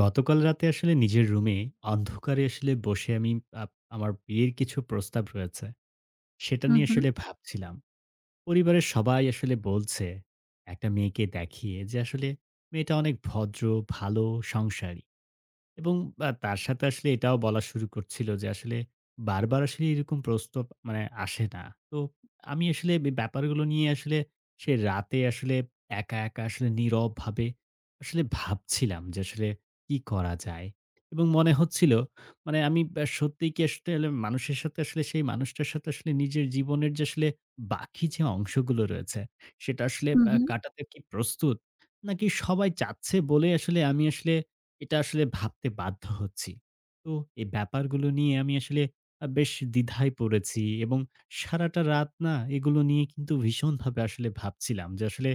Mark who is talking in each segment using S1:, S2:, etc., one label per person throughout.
S1: গতকাল রাতে আসলে নিজের রুমে অন্ধকারে আসলে বসে আমি আপ আমার বিয়ের কিছু প্রস্তাব রয়েছে। সেটা
S2: হুম,
S1: নিয়ে
S2: হুম।
S1: আসলে ভাবছিলাম। পরিবারের সবাই আসলে বলছে, একটা মেয়েকে দেখিয়ে যে আসলে মেয়েটা অনেক ভদ্র, ভালো, সংসারী। এবং তার সাথে আসলে এটাও বলা শুরু করছিল যে আসলে বারবার আসলে এরকম প্রস্তাব মানে আসে না। তো আমি আসলে ব্যাপারগুলো নিয়ে আসলে সে রাতে আসলে একা, একা আসলে নীরবভাবে আসলে ভাবছিলাম যে আসলে কি করা যায়? এবং মনে হচ্ছিল মানে আমি সত্যিই কি আসলে মানুষের সাথে আসলে সেই মানুষটার সাথে আসলে নিজের জীবনের যে আসলে বাকি যে অংশগুলো রয়েছে, সেটা আসলে
S2: হুম, হুম।
S1: কাটাতে কি প্রস্তুত? নাকি সবাই চাচ্ছে বলে আসলে আমি আসলে এটা আসলে ভাবতে বাধ্য হচ্ছি। তো এই ব্যাপারগুলো নিয়ে আমি আসলে বেশ দ্বিধায় পড়েছি এবং সারাটা রাত না এগুলো নিয়ে কিন্তু ভীষণভাবে আসলে ভাবছিলাম যে আসলে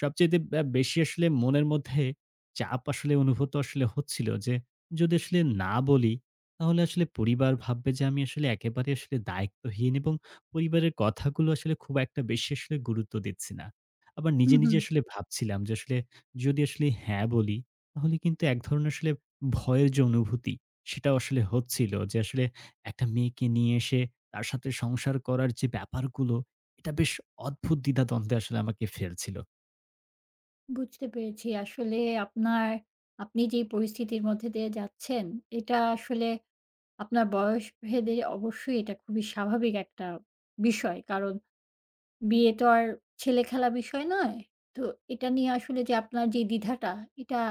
S1: সবচাইতে বেশি আসলে মনের মধ্যে চাপ আসলে অনুভূত আসলে হচ্ছিল যে, যদি আসলে না বলি তাহলে আসলে পরিবার ভাববে যে আমি আসলে একেবারে আসলে দায়িত্বহীন এবং পরিবারের কথাগুলো আসলে খুব একটা বেশি আসলে গুরুত্ব দিচ্ছি না। আবার
S2: হুম,
S1: নিজে, নিজে
S2: হুম।
S1: আসলে ভাবছিলাম যে আসলে যদি আসলে হ্যাঁ বলি, তাহলে কিন্তু এক ধরনের আসলে ভয়ের যে অনুভূতি, সেটাও আসলে হচ্ছিল যে আসলে একটা মেয়েকে নিয়ে এসে তার সাথে সংসার করার যে ব্যাপারগুলো, এটা বেশ অদ্ভুত দ্বিধাদ্বন্দ্বে আসলে আমাকে ফেলছিল।
S2: বুঝতে পেরেছি। আসলে আপনার আপনি যেই পরিস্থিতির মধ্যে দিয়ে যাচ্ছেন, এটা আসলে আপনার বয়স ভেদে অবশ্যই এটা খুবই স্বাভাবিক একটা বিষয়। কারণ বিয়ে তো আর ছেলেখেলা বিষয় নয়। তো এটা নিয়ে আসলে যে আপনার যে দ্বিধাটা, এটা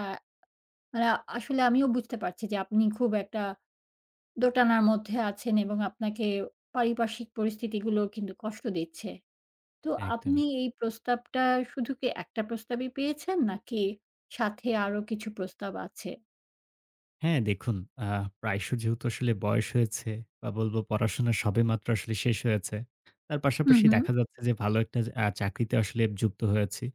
S2: মানে আসলে আমিও বুঝতে পারছি যে আপনি খুব একটা দোটানার মধ্যে আছেন এবং আপনাকে পারিপার্শ্বিক পরিস্থিতিগুলো কিন্তু কষ্ট দিচ্ছে। তো
S1: একদমই।
S2: আপনি এই প্রস্তাবটা শুধু কি একটা প্রস্তাবই পেয়েছেন? নাকি সাথে আরো কিছু প্রস্তাব আছে?
S1: হ্যাঁ, দেখুন। আ প্রায়শ যেহেতু আসলে বয়স হয়েছে বা বলবো পড়াশোনা সবেমাত্র আসলে শেষ হয়েছে। তার
S2: হুম,
S1: পাশাপাশি
S2: হুম।
S1: দেখা যাচ্ছে যে ভালো একটা চাকরিতে আসলে যুক্ত হয়েছি।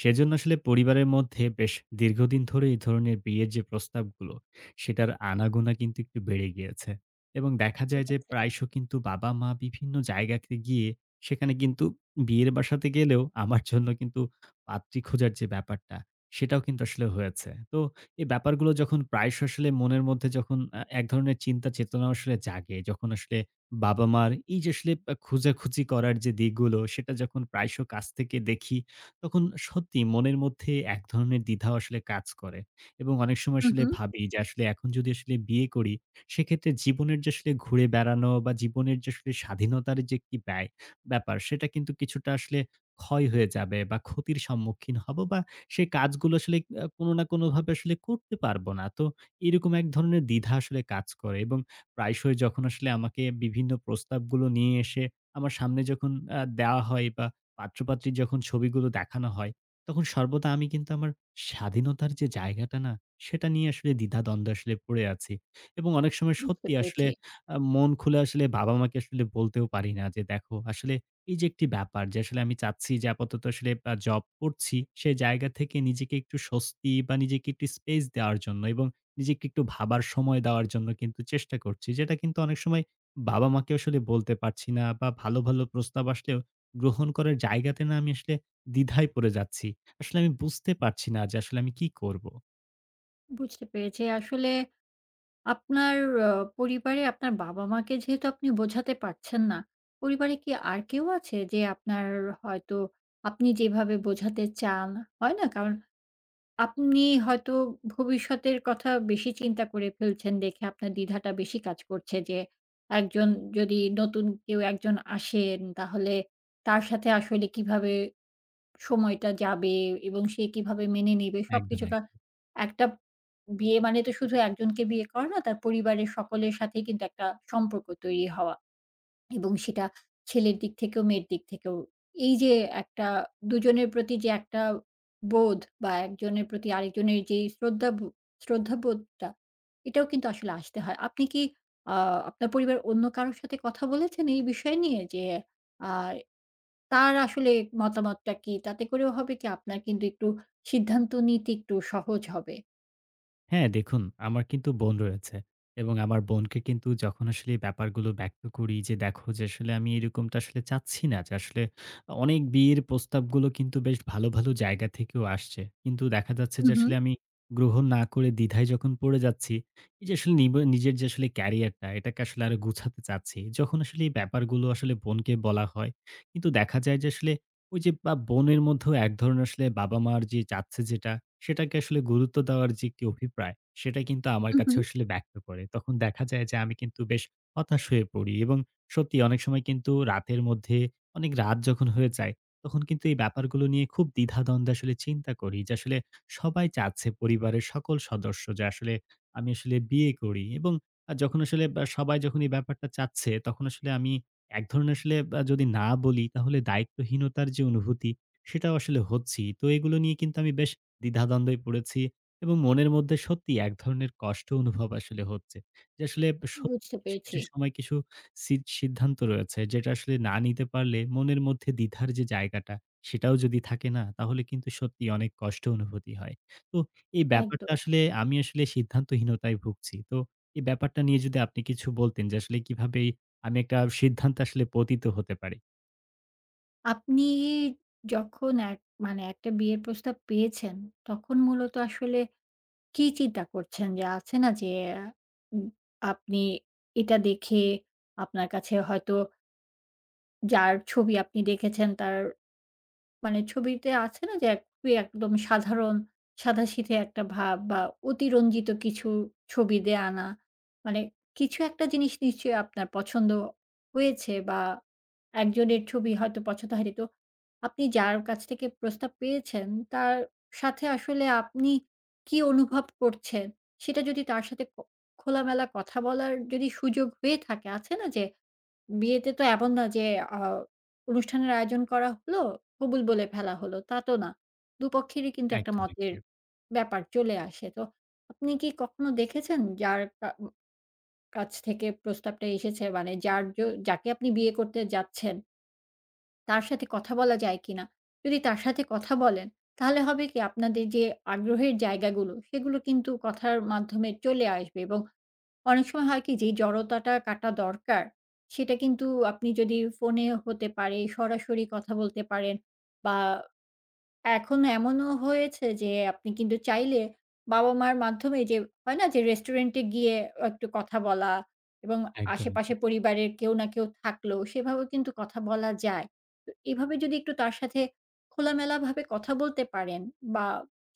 S1: সেজন্য আসলে পরিবারের মধ্যে বেশ দীর্ঘদিন ধরে এই ধরনের বিয়ের যে প্রস্তাবগুলো, সেটার আনাগোনা কিন্তু একটু বেড়ে গিয়েছে। এবং দেখা
S2: ঠিক
S1: যায় যে
S2: আছে।
S1: প্রায়শ কিন্তু বাবা-মা বিভিন্ন জায়গাতে গিয়ে সেখানে কিন্তু বিয়ের বাসাতে গেলেও আমার জন্য কিন্তু পাত্রী খোঁজার যে ব্যাপারটা, সেটাও কিন্তু আসলে হয়েছে। তো এই ব্যাপারগুলো যখন প্রায়শ আসলে মনের মধ্যে যখন এক ধরনের চিন্তা চেতনা আসলে জাগে, যখন আসলে বাবা-মার এই যে আসলে খোঁজাখুঁজি করার যে দিকগুলো, সেটা যখন প্রায়শ কাছ থেকে দেখি, তখন সত্যি মনের মধ্যে এক ধরনের দ্বিধা আসলে কাজ করে। এবং অনেক সময়
S2: হুম,
S1: আসলে
S2: হুম।
S1: ভাবি যে আসলে এখন যদি আসলে বিয়ে করি, সেক্ষেত্রে জীবনের যে আসলে ঘুরে বেড়ানো বা জীবনের যে আসলে স্বাধীনতার যে একটি ব্যয় ব্যাপার, সেটা কিন্তু কিছুটা আসলে ক্ষয় হয়ে যাবে বা ক্ষতির সম্মুখীন হব বা সেই কাজগুলো আসলে কোনো না কোনোভাবে আসলে করতে পারব না। তো এরকম এক ধরনের দ্বিধা আসলে কাজ করে এবং প্রায়শই যখন আসলে আমাকে বিভিন্ন প্রস্তাবগুলো নিয়ে এসে আমার সামনে যখন দেওয়া হয় বা পাত্র-পাত্রীর যখন ছবিগুলো দেখানো হয়, তখন সর্বদা আমি কিন্তু আমার স্বাধীনতার যে জায়গাটা না, সেটা নিয়ে আসলে দ্বিধাদ্বন্দ্বে আসলে পড়ে আছি। এবং অনেক সময়
S2: বুঝতে
S1: সত্যি আসলে
S2: পেরেছি,
S1: মন খুলে আসলে বাবা-মাকে আসলে বলতেও পারি না যে, "দেখো আসলে এই যে একটি ব্যাপার যে আসলে আমি চাচ্ছি যে আপাতত আসলে জব করছি, সে জায়গা থেকে নিজেকে একটু স্বস্তি বা নিজেকে একটু স্পেস দেওয়ার জন্য এবং নিজেকে একটু ভাবার সময় দেওয়ার জন্য কিন্তু চেষ্টা করছি।" যেটা কিন্তু অনেক সময় বাবা-মাকে আসলে বলতে পারছি না বা ভালো, ভালো প্রস্তাব আসলেও গ্রহণ করার জায়গাতে না আমি আসলে দ্বিধায় পড়ে যাচ্ছি। আসলে আমি বুঝতে পারছি না যে আসলে আমি কি করব?
S2: বুঝতে পেরেছি। আসলে আপনার আ পরিবারে আপনার বাবা-মাকে যেহেতু আপনি বোঝাতে পারছেন না, পরিবারে কি আর কেউ আছে যে আপনার হয়তো আপনি যেভাবে বোঝাতে চান, হয় না? কারণ আপনি হয়তো ভবিষ্যতের কথা বেশি চিন্তা করে ফেলছেন দেখে আপনার দ্বিধাটা বেশি কাজ করছে যে একজন যদি নতুন কেউ একজন আসেন তাহলে তার সাথে আসলে কিভাবে সময়টা যাবে এবং সে কিভাবে মেনে নেবে
S1: একদম,
S2: সবকিছু কা-।
S1: একদম।
S2: একটা বিয়ে মানে তো শুধু একজনকে বিয়ে করা না, তার পরিবারের সকলের সাথে কিন্তু একটা সম্পর্ক তৈরি হওয়া এবং সেটা ছেলের দিক থেকেও মেয়ের দিক থেকেও। এই যে একটা দুজনের প্রতি যে একটা বোধ বা একজনের প্রতি আরেকজনের যেই শ্রদ্ধাবোধটা, এটাও কিন্তু আসলে আসতে হয়। আপনি কি আ আপনার পরিবারের অন্য কারো সাথে কথা বলেছেন এই বিষয় নিয়ে? যে আ তার আসলে মতামতটা কি? তাতে করেও হবে কি আপনার কিন্তু একটু সিদ্ধান্ত নিতে একটু সহজ হবে।
S1: হ্যাঁ, দেখুন। আমার কিন্তু বোন রয়েছে এবং আমার বোনকে কিন্তু যখন আসলে এই ব্যাপারগুলো ব্যক্ত করি যে, "দেখো যে আসলে আমি এরকমটা আসলে চাচ্ছি না যে আসলে অনেক বিয়ের প্রস্তাবগুলো কিন্তু বেশ ভালো, ভালো জায়গা থেকেও আসছে। কিন্তু দেখা যাচ্ছে
S2: হুম,
S1: যে
S2: হুম,
S1: আসলে আমি গ্রহণ না করে দ্বিধায় যখন পড়ে যাচ্ছি, এই যে আসলে নিজের যে আসলে ক্যারিয়ারটা এটাকে আসলে আরো গুছাতে চাচ্ছি।" যখন আসলে এই ব্যাপারগুলো আসলে বোনকে বলা হয়, কিন্তু দেখা যায় যে আসলে ওই যে বা বোনের মধ্যেও এক ধরনের আসলে বাবা-মার যে চাচ্ছে যেটা, সেটাকে আসলে গুরুত্ব দেওয়ার যে একটি অভিপ্রায়, সেটা কিন্তু আমার
S2: হুম,
S1: কাছে
S2: হুম।
S1: আসলে ব্যক্ত করে। তখন দেখা যায় যে আমি কিন্তু বেশ হতাশ হয়ে পড়ি এবং সত্যি অনেক সময় কিন্তু রাতের মধ্যে অনেক রাত যখন হয়ে যায়, তখন কিন্তু এই ব্যাপারগুলো নিয়ে খুব দ্বিধাদ্বন্দ্বে আসলে চিন্তা করি যে আসলে সবাই চাচ্ছে পরিবারের সকল সদস্য যে আসলে আমি আসলে বিয়ে করি এবং যখন আসলে বা সবাই যখন এই ব্যাপারটা চাচ্ছে, তখন আসলে আমি এক ধরনের আসলে যদি না বলি তাহলে দায়িত্বহীনতার যে অনুভূতি, সেটাও আসলে হচ্ছেই। তো এগুলো নিয়ে কিন্তু আমি বেশ দ্বিধাদ্বন্দ্বে পড়েছি এবং মনের মধ্যে সত্যিই এক ধরনের কষ্ট অনুভব আসলে হচ্ছে। যে আসলে স
S2: বুঝতে
S1: কিছু,
S2: পেরেছি।
S1: কিছু সময় কিছু সি সিদ্ধান্ত রয়েছে, যেটা আসলে না নিতে পারলে মনের মধ্যে দ্বিধার যে জায়গাটা সেটাও যদি থাকে না, তাহলে কিন্তু সত্যিই অনেক কষ্ট অনুভূতি হয়। তো এই ব্যাপারটা
S2: একদম।
S1: আসলে আমি আসলে সিদ্ধান্তহীনতায় ভুগছি। তো এই ব্যাপারটা নিয়ে যদি আপনি কিছু বলতেন যে আসলে কিভাবে এই আমি একটা সিদ্ধান্তে আসলে পতিত হতে পারি।
S2: আপনি যখন মানে একটা বিয়ের প্রস্তাব পেয়েছেন, তখন মূলত আসলে কি চিন্তা করছেন? যে আছে না যে উম আপনি এটা দেখে আপনার কাছে হয়তো যার ছবি আপনি দেখেছেন তার মানে ছবিতে আছে না যে, এক খুবই একদম সাধারণ সাদাসিধে একটা ভাব বা অতিরঞ্জিত কিছু ছবি দিয়ে আনা। মানে কিছু একটা জিনিস নিশ্চয়ই আপনার পছন্দ হয়েছে বা একজনের ছবি হয়তো পছন্দ হয়নি। তো আপনি যার কাছ থেকে প্রস্তাব পেয়েছেন, তার সাথে আসলে আপনি কি অনুভব করছেন? সেটা যদি তার সাথে খোলামেলা কথা বলার যদি সুযোগ হয়ে থাকে, আছে না যে বিয়েতে তো এমন না যে আ অনুষ্ঠানের আয়োজন করা হলো, কবুল বলে ফেলা হলো, তা তো না। দুপক্ষেরই কিন্তু একটা
S1: একদম,
S2: মতের
S1: একদম,
S2: ব্যাপার চলে আসে। তো আপনি কি কখনো দেখেছেন যার কাছ থেকে প্রস্তাবটা এসেছে মানে যার যাকে আপনি বিয়ে করতে যাচ্ছেন, তার সাথে কথা বলা যায় কিনা? যদি তার সাথে কথা বলেন, তাহলে হবে কি আপনাদের যে আগ্রহের জায়গাগুলো, সেগুলো কিন্তু কথার মাধ্যমে চলে আসবে এবং অনেক সময় হয় কি যে জড়তাটা কাটা দরকার, সেটা কিন্তু আপনি যদি ফোনে হতে পারে, সরাসরি কথা বলতে পারেন বা এখন এমনও হয়েছে যে আপনি কিন্তু চাইলে বাবা-মার মাধ্যমে যে হয় না যে রেস্টুরেন্টে গিয়ে একটু কথা বলা এবং
S1: একদম। একদম।
S2: আশেপাশে পরিবারের কেউ না কেউ থাকলো সেভাবেও কিন্তু কথা বলা যায়। তো এভাবে যদি একটু তার সাথে খোলামেলাভাবে কথা বলতে পারেন বা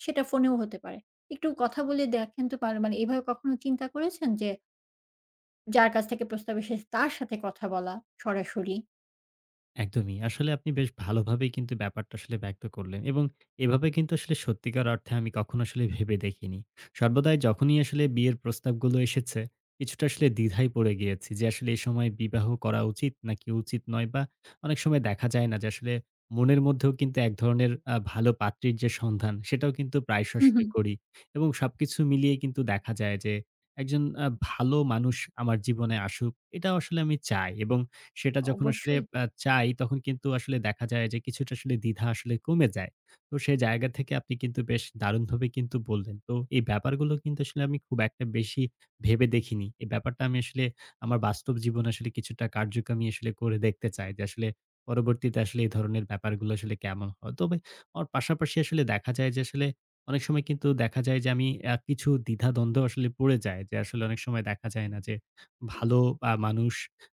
S2: সেটা ফোনেও হতে পারে। একটু কথা বলে দেখেন তো পার মানে এভাবে কখনো চিন্তা করেছেন যে যার কাছ থেকে প্রস্তাব এসেছে তার সাথে কথা বলা সরাসরি।
S1: একদমই। আসলে আপনি বেশ ভালোভাবেই কিন্তু ব্যাপারটা আসলে ব্যক্ত করলেন এবং এভাবে কিন্তু আসলে সত্যিকার অর্থে আমি কখনো আসলে ভেবে দেখিনি। সর্বদাই যখনই আসলে বিয়ের প্রস্তাবগুলো এসেছে, কিছুটা আসলে দ্বিধায় পড়ে গিয়েছি যে আসলে এ সময় বিবাহ করা উচিত নাকি উচিত নয়, বা অনেক সময় দেখা যায় না যে আসলে মনের মধ্যেও কিন্তু এক ধরনের ভালো পাত্রীর যে সন্ধান, সেটাও কিন্তু প্রায়শ
S2: হুম,
S1: আসলে
S2: হুম।
S1: করি এবং সবকিছু মিলিয়ে কিন্তু দেখা যায় যে একজন ভালো মানুষ আমার জীবনে আসুক, এটাও আসলে আমি চাই এবং সেটা যখন আসলে
S2: অবশ্যই।
S1: চাই, তখন কিন্তু আসলে দেখা যায় যে কিছুটা আসলে দ্বিধা আসলে কমে যায়। তো সেই জায়গা থেকে আপনি কিন্তু বেশ দারুণভাবে কিন্তু বললেন। তো এই ব্যাপারগুলো কিন্তু আসলে আমি খুব একটা বেশি ভেবে দেখিনি। এই ব্যাপারটা আমি আসলে আমার বাস্তব জীবনে আসলে কিছুটা কার্যক্রমী আসলে করে দেখতে চাই যে আসলে পরবর্তীতে আসলে এই ধরনের ব্যাপারগুলো আসলে কেমন হয়। তবে ওর পাশাপাশি আসলে দেখা যায় যে আসলে অনেক সময় কিন্তু দেখা যায় যে আমি কিছু দ্বিধাদ্বন্দ্ব আসলে পড়ে যায়। যে আসলে অনেক সময় দেখা যায় না যে ভালো মানুষ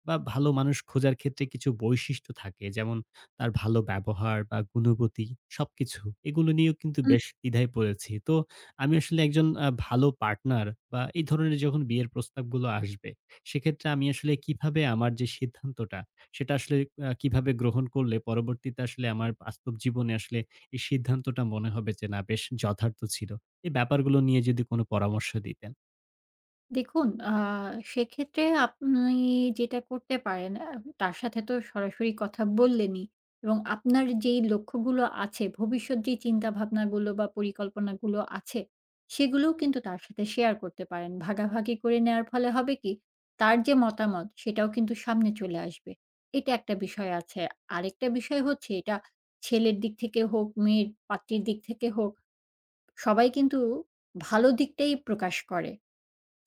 S1: বা ভালো মানুষ খোঁজার ক্ষেত্রে কিছু বৈশিষ্ট্য থাকে। যেমন তার ভালো ব্যবহার বা গুণবতী সবকিছু। এগুলো নিয়েও কিন্তু বেশ দ্বিধায় পড়েছি। তো আমি আসলে একজন ভালো পার্টনার বা এই ধরনের যখন বিয়ের প্রস্তাবগুলো আসবে, সেক্ষেত্রে আমি আসলে কিভাবে আমার যে সিদ্ধান্তটা, সেটা আসলে কিভাবে গ্রহণ করলে পরবর্তীতে আসলে আমার বাস্তব জীবনে আসলে এই সিদ্ধান্তটা মনে হবে যে না, বেশ যথার্থ ছিল। এই ব্যাপারগুলো নিয়ে যদি কোনো পরামর্শ দিতেন।
S2: দেখুন, সেক্ষেত্রে আপনি যেটা করতে পারেন, তার সাথে তো সরাসরি কথা বললেনই এবং আপনার যেই লক্ষ্যগুলো আছে, ভবিষ্যৎ যেই চিন্তাভাবনাগুলো বা পরিকল্পনাগুলো আছে, সেগুলোও কিন্তু তার সাথে শেয়ার করতে পারেন। ভাগাভাগি করে নেয়ার ফলে হবে কি, তার যে মতামত, সেটাও কিন্তু সামনে চলে আসবে। এটা একটা বিষয় আছে। আরেকটা বিষয় হচ্ছে, এটা ছেলের দিক থেকে হোক, মেয়ের পাত্রীর দিক থেকে হোক, সবাই কিন্তু ভালো দিকটাই প্রকাশ করে।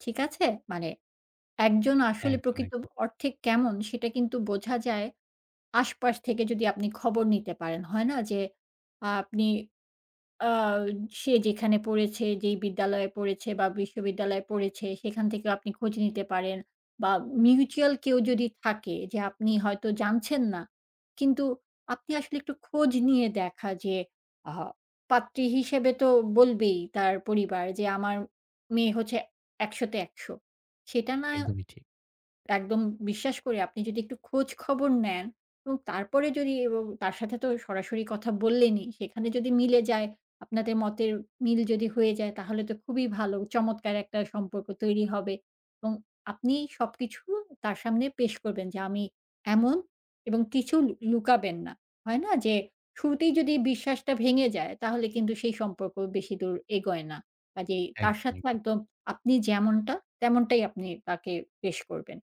S2: ঠিক আছে? মানে একজন আসলে
S1: একদম,
S2: প্রকৃত
S1: একদম।
S2: অর্থে কেমন সেটা কিন্তু বোঝা যায় আশপাশ থেকে যদি আপনি খবর নিতে পারেন। হয় না যে আহ, আপনি আ সে যেখানে পড়েছে, যেই বিদ্যালয়ে পড়েছে বা বিশ্ববিদ্যালয়ে পড়েছে সেখান থেকেও আপনি খোঁজ নিতে পারেন বা মিউচুয়াল কেউ যদি থাকে যে আপনি হয়তো জানছেন না। কিন্তু আপনি আসলে একটু খোঁজ নিয়ে দেখা যে আ পাত্রী হিসেবে তো বলবেই তার পরিবার যে আমার মেয়ে হচ্ছে ১০০ তে ১০০, সেটা না।
S1: একদমই ঠিক।
S2: একদম বিশ্বাস করি আপনি যদি একটু খোঁজ খবর নেন এবং তারপরে যদি এবং তার সাথে তো সরাসরি কথা বললেনই, সেখানে যদি মিলে যায়, আপনাদের মতের মিল যদি হয়ে যায় তাহলে তো খুবই ভালো। চমৎকার একটা সম্পর্ক তৈরি হবে এবং আপনি সবকিছু তার সামনে পেশ করবেন যে, "আমি এমন" এবং কিছু লুকাবেন না। হয় না যে, শুরুতেই যদি বিশ্বাসটা ভেঙে যায় তাহলে কিন্তু সেই সম্পর্ক বেশি দূর এগোয় না। কাজেই তার
S1: একদম,
S2: সাথে
S1: একদম।
S2: একদম আপনি যেমনটা তেমনটাই আপনি তাকে পেশ করবেন।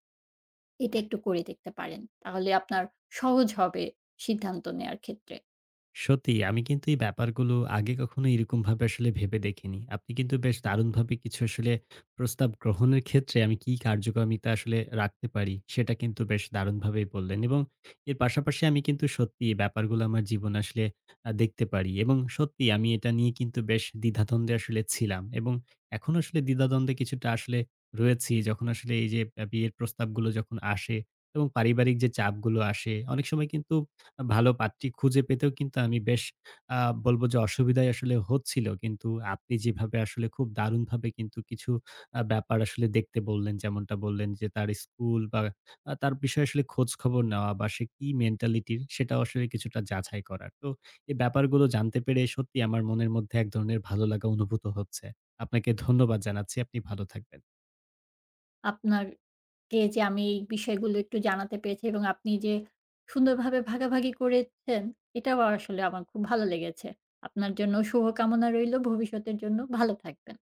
S2: এটা একটু করে দেখতে পারেন। তাহলে আপনার সহজ হবে সিদ্ধান্ত নেয়ার ক্ষেত্রে।
S1: সত্যি আমি কিন্তু এই ব্যাপারগুলো আগে কখনো এরকমভাবে আসলে ভেবে দেখিনি। আপনি কিন্তু বেশ দারুণভাবে কিছু আসলে প্রস্তাব গ্রহণের ক্ষেত্রে আমি কি কার্যকামিতা আসলে রাখতে পারি, সেটা কিন্তু বেশ দারুণভাবেই বললেন। এবং এর পাশাপাশি আমি কিন্তু সত্যি এই ব্যাপারগুলো আমার জীবনে আসলে দেখতে পারি। এবং সত্যি আমি এটা নিয়ে কিন্তু বেশ দ্বিধাদ্বন্দ্বে আসলে ছিলাম। এবং এখনো আসলে দ্বিধাদ্বন্দ্বে কিছুটা আসলে রয়েছি। যখন আসলে এই যে বিয়ের প্রস্তাবগুলো যখন আসে এবং পারিবারিক যে চাপগুলো আসে, অনেক সময় কিন্তু ভালো পাত্রী খুঁজে পেতেও কিন্তু আমি বেশ আ বলব যে অসুবিধায় আসলে হচ্ছিল। কিন্তু আপনি যেভাবে আসলে খুব দারুণভাবে কিন্তু কিছু ব্যাপার আসলে দেখতে বললেন, যেমনটা বললেন যে তার স্কুল বা তার বিষয়ে আসলে খোঁজখবর নেওয়া বা সে কি মেন্টালিটির, সেটাও আসলে কিছুটা যাচাই করা। তো এই ব্যাপারগুলো জানতে পেরে সত্যি আমার মনের মধ্যে এক ধরনের ভালো লাগা অনুভূত হচ্ছে। আপনাকে ধন্যবাদ জানাচ্ছি। আপনি ভালো থাকবেন।
S2: আপনারকে যে আমি এই বিষয়গুলো একটু জানাতে পেরেছি এবং আপনি যে সুন্দরভাবে ভাগাভাগি করেছেন, এটাও আসলে আমার খুব ভালো লেগেছে। আপনার জন্য শুভকামনা রইলো ভবিষ্যতের জন্য। ভালো থাকবেন।